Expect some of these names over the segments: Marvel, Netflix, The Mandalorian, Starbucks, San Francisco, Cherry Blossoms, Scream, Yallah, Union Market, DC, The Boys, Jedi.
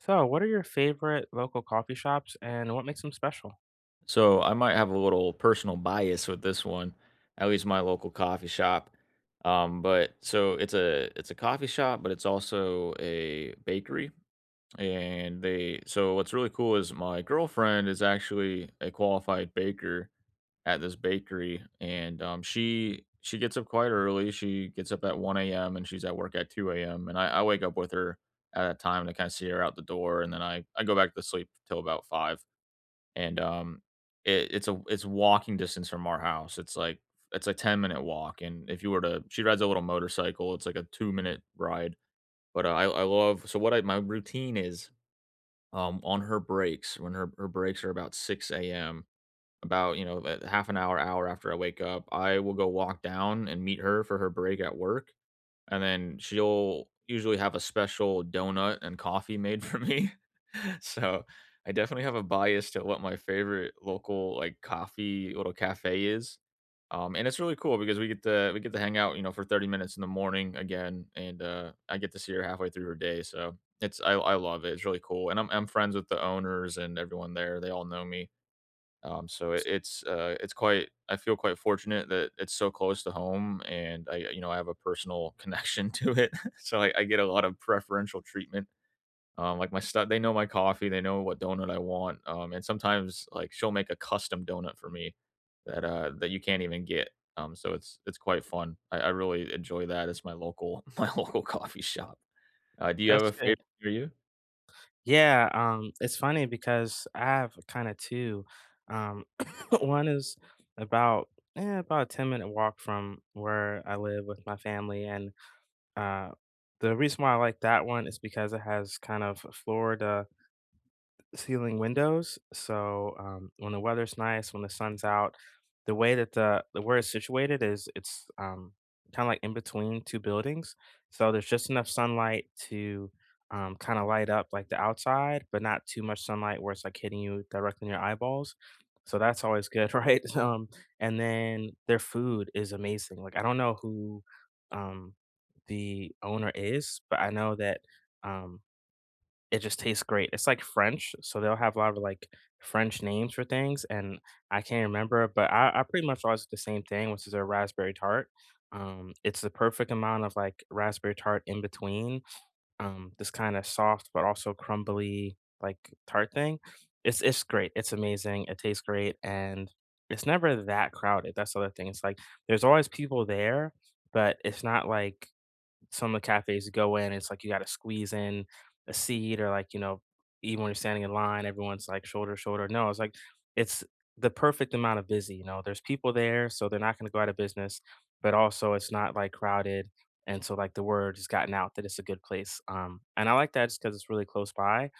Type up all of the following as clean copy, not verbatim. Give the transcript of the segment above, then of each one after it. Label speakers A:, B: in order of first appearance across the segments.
A: So, what are your favorite local coffee shops and what makes them special?
B: So I might have a little personal bias with this one, at least my local coffee shop. But so it's a coffee shop, but it's also a bakery. And they so what's really cool is my girlfriend is actually a qualified baker at this bakery, and she gets up quite early. She gets up at 1 a.m. and she's at work at 2 a.m. And I wake up with her at that time to kind of see her out the door, and then I go back to sleep till about five. And um, it, it's a it's walking distance from our house. It's like, it's a 10-minute walk, and if you were to, she rides a little motorcycle. It's like a 2 minute ride, but I love. So what I my routine is, on her breaks, when her breaks are about 6 a.m. About, a half an hour, after I wake up, I will go walk down and meet her for her break at work, and then she'll usually have a special donut and coffee made for me. So, I definitely have a bias to what my favorite local, like, coffee little cafe is, and it's really cool because we get to hang out, for 30 minutes in the morning again, and, I get to see her halfway through her day, so it's I love it, it's really cool, and I'm friends with the owners and everyone there, they all know me. So it,
A: That's
B: it's quite. I feel quite fortunate that it's so close to home, and I, I have a personal connection to it, so I get a lot of preferential treatment. Like, my stuff, they know my coffee, they know what donut I want, and sometimes, like, she'll make a custom donut for me that that you can't even get. It's quite fun. I really enjoy that. It's my local my local coffee shop. Do you have
A: that's
B: a favorite?
A: good.
B: Near you?
A: Yeah, it's funny because I have kind of two. Um, one is about about a 10-minute walk from where I live with my family. And uh, the reason why I like that one is because it has kind of Florida ceiling windows. So when the weather's nice, when the sun's out, the way that the where it's situated is it's kind of like in between two buildings. So there's just enough sunlight to kind of light up like the outside, but not too much sunlight where it's like hitting you directly in your eyeballs. So that's always good, right? And then their food is amazing. Like I don't know who um, the owner is, but I know that um, it just tastes great. It's like French, so they'll have a lot of like French names for things, and I can't remember, but I pretty much always do the same thing, which is a raspberry tart. It's the perfect amount of like raspberry tart in between, this kind of soft but also crumbly like tart thing. It's great. It's amazing. It tastes great, and it's never that crowded. That's the other thing. It's like there's always people there, but it's not like some of the cafes you go in, it's like you gotta squeeze in a seat or like, you know, even when you're standing in line, everyone's like shoulder to shoulder. No, it's like it's the perfect amount of busy, you know. There's people there, so they're not gonna go out of business, but also it's not like crowded. And so like the word has gotten out that it's a good place. And I like that just because it's really close by,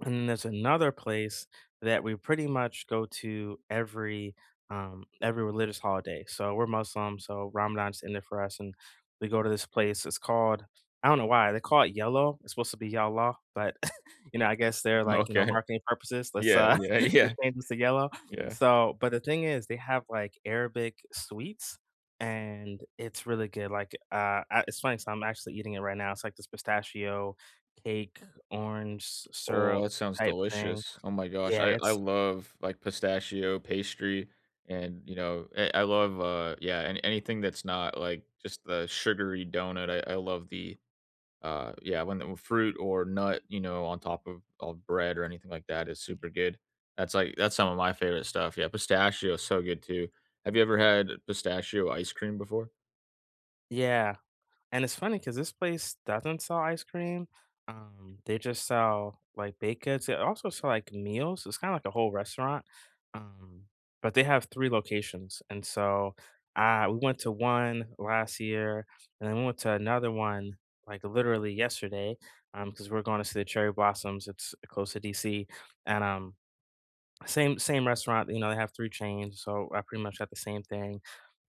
A: and then there's another place that we pretty much go to every every religious holiday. So we're Muslim, so Ramadan's ended for us, and we go to this place. It's called, I don't know why they call it yellow. It's supposed to be Yallah, but you know I guess they're like, you know,
B: Okay.
A: marketing purposes. Let's
B: Yeah. Yeah. Yeah.
A: just change this to yellow.
B: Yeah.
A: So, but the thing is, they have like Arabic sweets. And it's really good. Like, it's funny. So I'm actually eating it right now. It's like this pistachio cake, orange
B: Oh,
A: syrup
B: that sounds
A: type thing.
B: delicious. Oh my gosh.
A: Yeah,
B: I
A: it's
B: love, like, pistachio pastry, and, you know, I love, yeah, and anything that's not, like, just the sugary donut. I love the, yeah, when the fruit or nut, you know, on top of bread or anything like that is super good. That's, like, that's some of my favorite stuff. Yeah, pistachio is so good too. Have you ever had pistachio ice cream before?
A: yeah, and it's funny because this place doesn't sell ice cream, they just sell, like, baked goods, they also sell, like, meals, it's kinda like a whole restaurant, um, but they have 3 locations, and so, we went to one last year, and then we went to another one, like, literally yesterday. Because we're gonna see the Cherry Blossoms, it's close to DC, and, same restaurant, you know, they have 3 chains, so I pretty much got the same thing.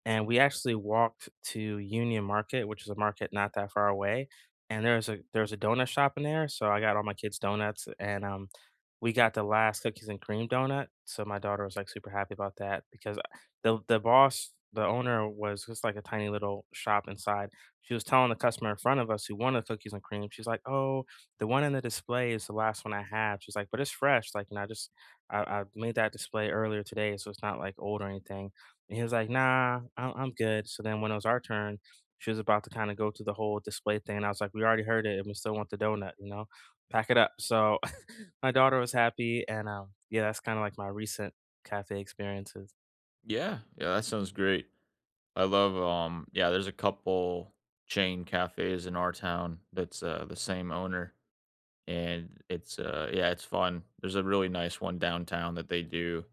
A: And we actually walked to Union Market, which is a market not that far away. And there's a donut shop in there, so I got all my kids donuts, and we got the last cookies and cream donut. So my daughter was like super happy about that because the boss, the owner, was just like a tiny little shop inside. She was telling the customer in front of us who wanted cookies and cream, she's like, "Oh, the one in the display is the last one I have." She's like, "But it's fresh, like, and I just I made that display earlier today, so it's not like old or anything." And he was like, "Nah, I'm good." So then when it was our turn, she was about to kind of go to the whole display thing. And I was like, "We already heard it, and we still want the donut, you know? Pack it up." So my daughter was happy, and yeah, that's kind of like my recent cafe experiences.
B: Yeah. Yeah, that sounds great. I love, yeah, there's a couple chain cafes in our town that's, the same owner, and it's, yeah, it's fun. There's a really nice one downtown that they do.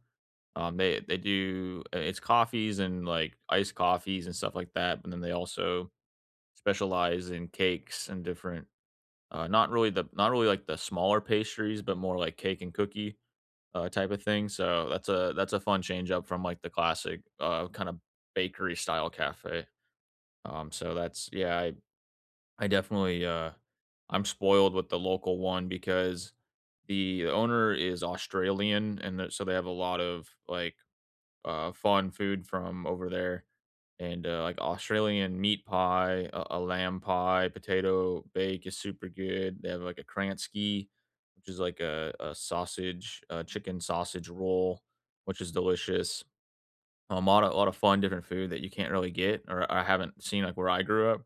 B: They do, it's coffees and like iced coffees and stuff like that, but then they also specialize in cakes and different, not really the not really like the smaller pastries, but more like cake and cookie, type of thing. So that's a fun change up from, like, the classic, kind of bakery style cafe. Um, so that's yeah, I I definitely, I'm spoiled with the local one because the owner is Australian, and so they have a lot of like, fun food from over there, and like, Australian meat pie, a lamb pie, potato bake is super good. They have like a Kransky, which is like a chicken sausage roll, which is delicious. A lot of, a lot of fun different food that you can't really get, or I haven't seen, like, where I grew up,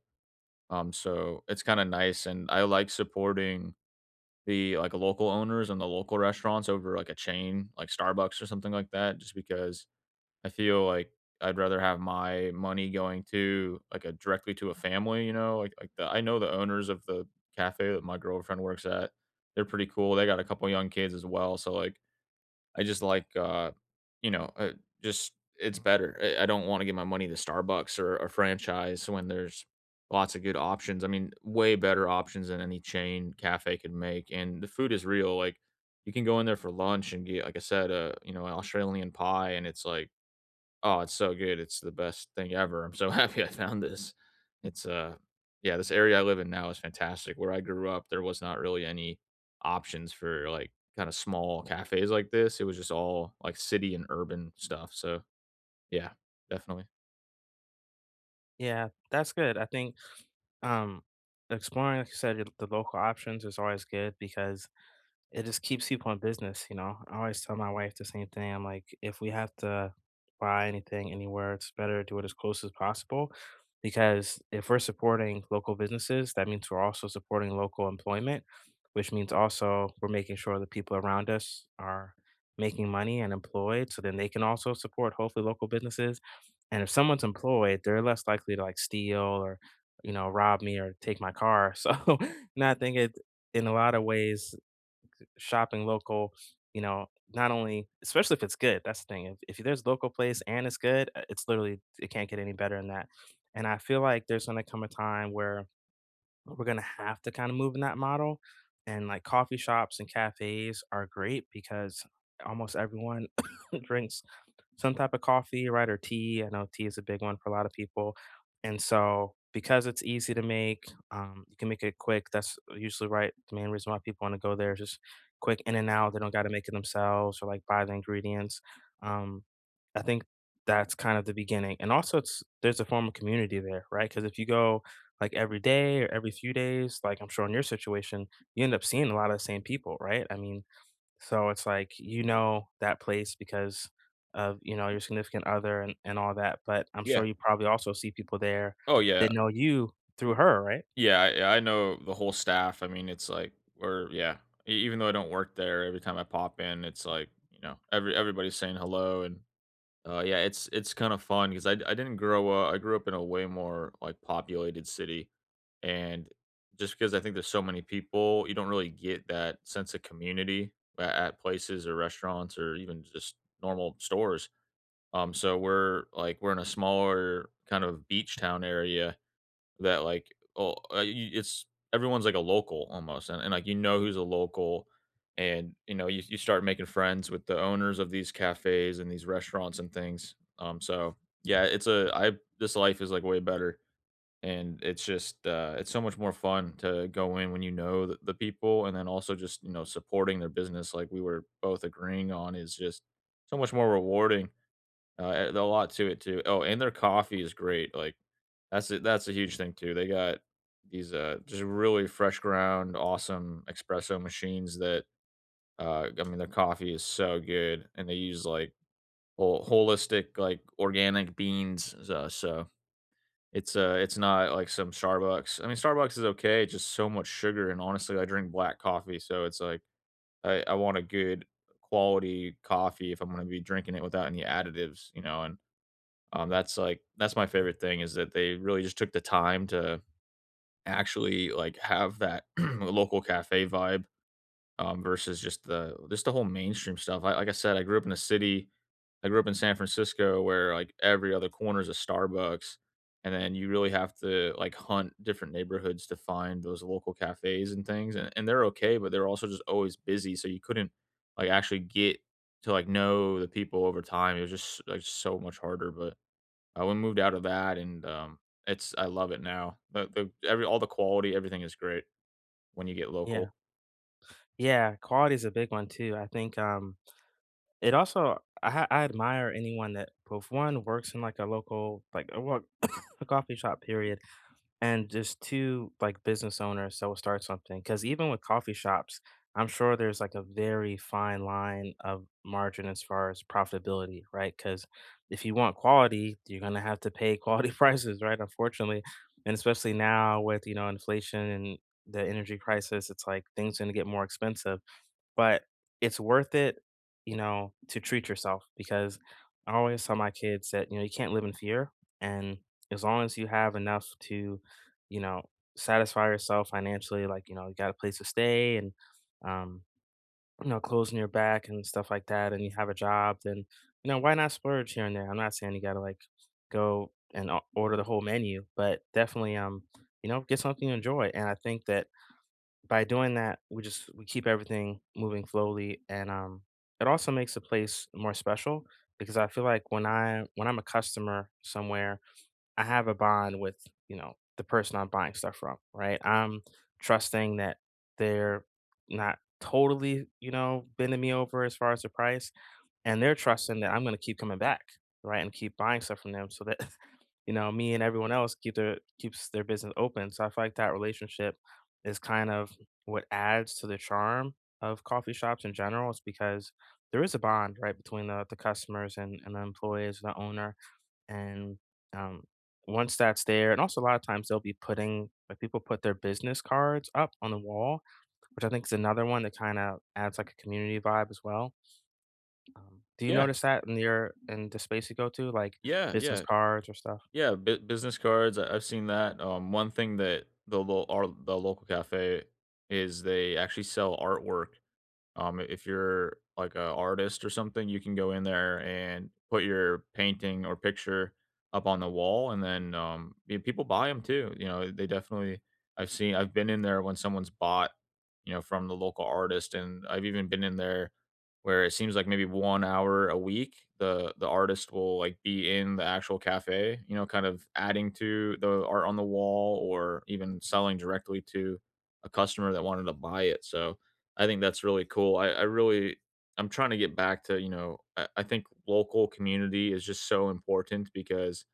B: so it's kinda nice, and I like supporting the, like, local owners and the local restaurants over, like, a chain, like Starbucks or something like that, just because I feel like I'd rather have my money going to, like, a directly to a family, you know? Like, the I know the owners of the cafe that my girlfriend works at. They're pretty cool, they got a couple young kids as well, so, like, I just like, you know, uh, just it's better. I don't want to give my money to Starbucks or a franchise when there's lots of good options. I mean, way better options than any chain cafe could make. And the food is real. Like, you can go in there for lunch and get, like I said, you know, an Australian pie, and it's like, oh, it's so good. It's the best thing ever. I'm so happy I found this. It's, yeah, this area I live in now is fantastic. Where I grew up, there was not really any options for, like, kinda small cafes like this. It was just all, like, city and urban stuff, so, yeah, definitely.
A: Yeah, that's good. I think um, exploring, like you said, the local options is always good because it just keeps people in business, you know? I always tell my wife the same thing. I'm like, "If we have to buy anything anywhere, it's better to do it as close as possible." Because if we're supporting local businesses, that means we're also supporting local employment, which means also we're making sure the people around us are making money and employed, so then they can also support, hopefully, local businesses. And if someone's employed, they're less likely to, like, steal or, you know, rob me or take my car. So, no, I think it, in a lot of ways, shopping local, you know, not only especially if it's good, that's the thing. If there's local place and it's good, it's literally it can't get any better than that. And I feel like there's gonna come a time where we're gonna have to kind of move in that model. And like coffee shops and cafes are great because almost everyone drinks some type of coffee, right? Or tea. I know tea is a big one for a lot of people. And so because it's easy to make, you can make it quick. That's usually right. The main reason why people want to go there is just quick in and out. They don't got to make it themselves or like buy the ingredients. Um, I think that's kind of the beginning. And also it's there's a form of community there, right? Because if you go like every day or every few days, like I'm sure in your situation, you end up seeing a lot of the same people, right? I mean, so it's like you know that place because of, you know, your significant other and all that, but I'm
B: Yeah.
A: sure you probably also see people there
B: Oh, yeah.
A: that know you through her, right?
B: Yeah, I know the whole staff. I mean, it's like we're, yeah. E even though I don't work there, every time I pop in, it's like, you know, everybody's saying hello, and yeah, it's kind of fun because I didn't grow up. I grew up in a way more like populated city, and just because I think there's so many people, you don't really get that sense of community at places or restaurants or even just normal stores. So we're like, we're in a smaller kind of beach town area, that, like, oh, you it's everyone's like a local almost, and like, you know who's a local, and, you know, you start making friends with the owners of these cafes and these restaurants and things, so, yeah, it's a I, this life is, like, way better, and it's just, it's so much more fun to go in when you know the people, and then also just, you know, supporting their business, like we were both agreeing on, is just so much more rewarding. A lot to it too. Oh, and their coffee is great, like, that's a huge thing too. They got these, just really fresh ground, awesome espresso machines that, I mean, their coffee is so good, and they use, like, whole holistic, like, organic beans, so it's not like some Starbucks. I mean, Starbucks is okay, it's just so much sugar, and honestly, I drink black coffee, so it's like I want a good quality coffee if I'm gonna be drinking it without any additives, you know, and, that's, like, that's my favorite thing is that they really just took the time to actually, like, have that local cafe vibe, versus just the whole mainstream stuff. I like I said, I grew up in San Francisco where, like, every other corner is a Starbucks, and then you really have to, like, hunt different neighborhoods to find those local cafes and things, and they're okay, but they're also just always busy, so you couldn't, like, actually get to, like, know the people over time. It was just, like, so much harder, but we moved out of that, and, it's I love it now. The every all the quality, everything is great when you get
A: Yeah.
B: local.
A: Yeah, quality is a big one too. I think, it also I admire anyone that both, 1, works in, like, a local like, a work a coffee shop, period, and just two like business owners that will start something because even with coffee shops I'm sure there's like a very fine line of margin as far as profitability, right? Because if you want quality you're going to have to pay quality prices, right, unfortunately, and especially now with, you know, inflation and the energy crisis, it's like things going to get more expensive. But it's worth it, you know, to treat yourself because I always tell my kids that, you know, you can't live in fear. And as long as you have enough to, you know, satisfy yourself financially, like, you know, you got a place to stay and, um, you know, clothes on your back and stuff like that, and you have a job, then, you know, why not splurge here and there? I'm not saying you got to like go and order the whole menu, but definitely, you know, get something you enjoy. And I think that by doing that, we just we keep everything moving slowly, and it also makes the place more special because I feel like when I'm a customer somewhere, I have a bond with, you know, the person I'm buying stuff from, right? I'm trusting that they're not totally, you know, bending me over as far as the price, and they're trusting that I'm gonna keep coming back, right, and keep buying stuff from them so that, you know, me and everyone else keeps their business open. So I feel like that relationship is kind of what adds to the charm of coffee shops in general. It's because there is a bond, right, between the customers and the employees, the owner. And um, once that's there, and also a lot of times they'll be putting, like people put their business cards up on the wall, which I think is another one that kind of adds like a community vibe as well. Do you
B: Yeah,
A: notice that in your in the space you go to, like
B: yeah,
A: business
B: yeah,
A: cards or stuff?
B: yeah, bu business cards, I've seen that. One thing that the lo our the local cafe is, they actually sell artwork. If you're like an artist or something, you can go in there and put your painting or picture up on the wall, and then, yeah, people buy them too. You know, they definitely. I've seen. I've been in there when someone's bought, you know, from the local artist, and I've even been in there where it seems like maybe 1 hour a week the artist will like be in the actual cafe, you know, kind of adding to the art on the wall or even selling directly to a customer that wanted to buy it. So I think that's really cool. I'm trying to get back to, you know, I think local community is just so important, because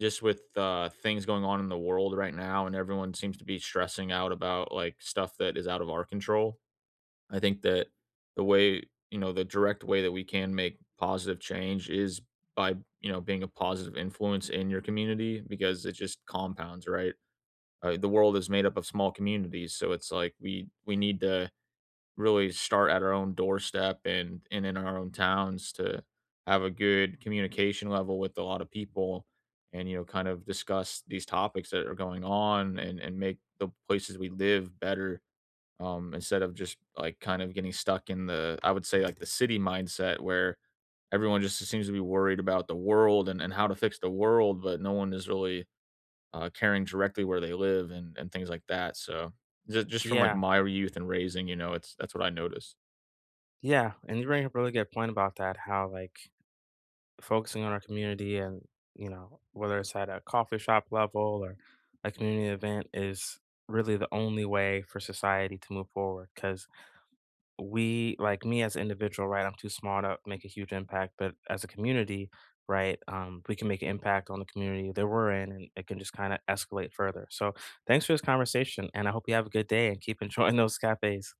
B: just with, things going on in the world right now, and everyone seems to be stressing out about like stuff that is out of our control. I think that the way, the direct way that we can make positive change is by, being a positive influence in your community, because it just compounds, right? The world is made up of small communities. So it's like we need to really start at our own doorstep and in our own towns to have a good communication level with a lot of people, and, kind of discuss these topics that are going on, and make the places we live better, instead of just like kind of getting stuck in the I would say, like, the city mindset, where everyone just seems to be worried about the world, and, how to fix the world, but no one is really, caring directly where they live, and, things like that. So just from like
A: Yeah,
B: my youth and raising, you know, it's that's what I noticed.
A: yeah, and you bring up a really good point about that. How like focusing on our community, and you know whether it's at a coffee shop level or a community event, is really the only way for society to move forward. Because we, like me as an individual, right, I'm too small to make a huge impact, but as a community, right, we can make an impact on the community that we're in and it can just kind of escalate further. So thanks for this conversation and I hope you have a good day and keep enjoying those cafes.